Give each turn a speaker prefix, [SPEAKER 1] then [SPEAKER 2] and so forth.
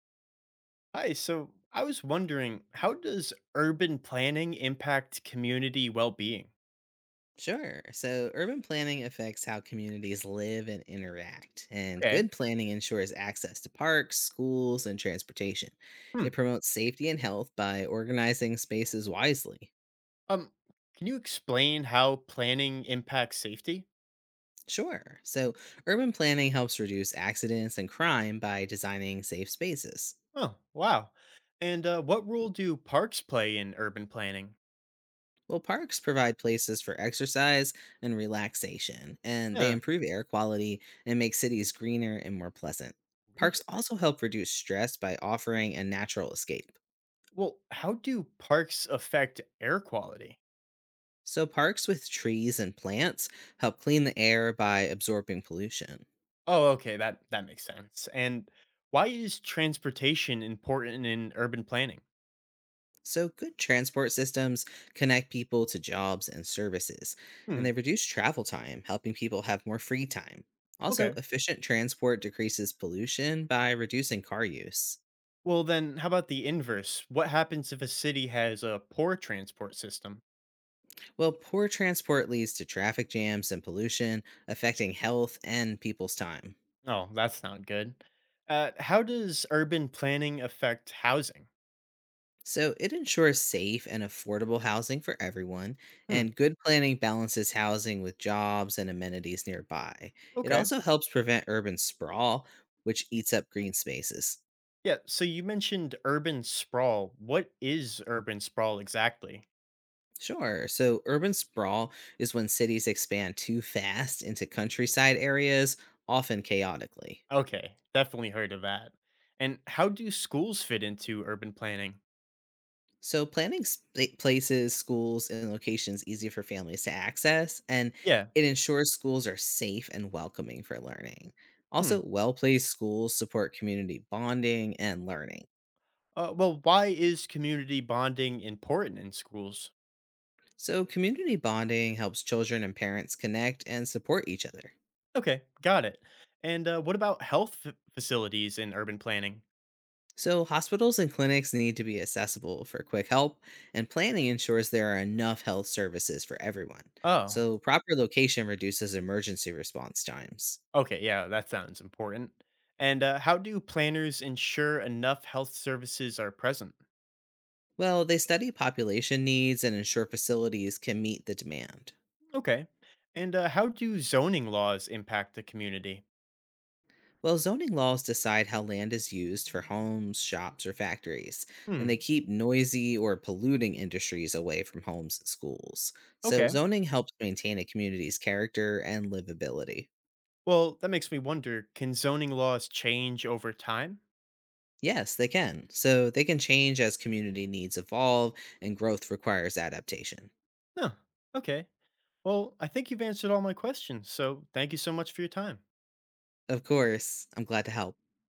[SPEAKER 1] Hi, so I was wondering, how does urban planning impact community well-being?
[SPEAKER 2] Sure. So urban planning affects how communities live and interact, and
[SPEAKER 1] Okay.
[SPEAKER 2] good planning ensures access to parks, schools, and transportation.
[SPEAKER 1] Hmm.
[SPEAKER 2] It promotes safety and health by organizing spaces wisely.
[SPEAKER 1] Um, can you explain how planning impacts safety?
[SPEAKER 2] Sure. So urban planning helps reduce accidents and crime by designing safe spaces.
[SPEAKER 1] Oh, wow. And What role do parks play in urban planning?
[SPEAKER 2] Well, parks provide places for exercise and relaxation, and they
[SPEAKER 1] Yeah.
[SPEAKER 2] improve air quality and make cities greener and more pleasant. Parks
[SPEAKER 1] Really?
[SPEAKER 2] also help reduce stress by offering a natural escape.
[SPEAKER 1] Well, how do parks affect air quality?
[SPEAKER 2] So, parks with trees and plants help clean the air by absorbing pollution.
[SPEAKER 1] Oh, okay, that makes sense. And why is transportation important in urban planning?
[SPEAKER 2] So, good transport systems connect people to jobs and services, and
[SPEAKER 1] Hmm.
[SPEAKER 2] they reduce travel time, helping people have more free time. Also,
[SPEAKER 1] Okay.
[SPEAKER 2] efficient transport decreases pollution by reducing car use.
[SPEAKER 1] Well, then, how about the inverse? What happens if a city has a poor transport system?
[SPEAKER 2] Well, poor transport leads to traffic jams and pollution, affecting health and people's time.
[SPEAKER 1] Oh, that's not good. How does urban planning affect housing?
[SPEAKER 2] So it ensures safe and affordable housing for everyone,
[SPEAKER 1] Hmm.
[SPEAKER 2] and good planning balances housing with jobs and amenities nearby. It
[SPEAKER 1] Okay.
[SPEAKER 2] also helps prevent urban sprawl, which eats up green spaces.
[SPEAKER 1] Yeah. So you mentioned urban sprawl. What is urban sprawl exactly?
[SPEAKER 2] Sure. So urban sprawl is when cities expand too fast into countryside areas, often chaotically.
[SPEAKER 1] Okay. Definitely heard of that. And how do schools fit into urban planning?
[SPEAKER 2] So, planning places, schools, and locations easy for families to access, and
[SPEAKER 1] Yeah.
[SPEAKER 2] it ensures schools are safe and welcoming for learning.
[SPEAKER 1] Hmm.
[SPEAKER 2] Also, well placed schools support community bonding and learning.
[SPEAKER 1] Well, why is community bonding important in schools?
[SPEAKER 2] So, community bonding helps children and parents connect and support each other.
[SPEAKER 1] Okay. Got it. And What about health facilities in urban planning?
[SPEAKER 2] So, hospitals and clinics need to be accessible for quick help, and planning ensures there are enough health services for everyone.
[SPEAKER 1] Oh,
[SPEAKER 2] So, proper location reduces emergency response times.
[SPEAKER 1] okay. Yeah, that sounds important. And How do planners ensure enough health services are present?
[SPEAKER 2] Well, they study population needs and ensure facilities can meet the demand.
[SPEAKER 1] Okay. And How do zoning laws impact the community?
[SPEAKER 2] Well, zoning laws decide how land is used for homes, shops, or factories, and
[SPEAKER 1] Hmm.
[SPEAKER 2] they keep noisy or polluting industries away from homes and schools. So,
[SPEAKER 1] Okay.
[SPEAKER 2] zoning helps maintain a community's character and livability.
[SPEAKER 1] Well, that makes me wonder, can zoning laws change over time?
[SPEAKER 2] Yes, they can. So, they can change as community needs evolve and growth requires adaptation.
[SPEAKER 1] Huh. Okay. Well, I think you've answered all my questions. So thank you so much for your time.
[SPEAKER 2] Of course, I'm glad to help.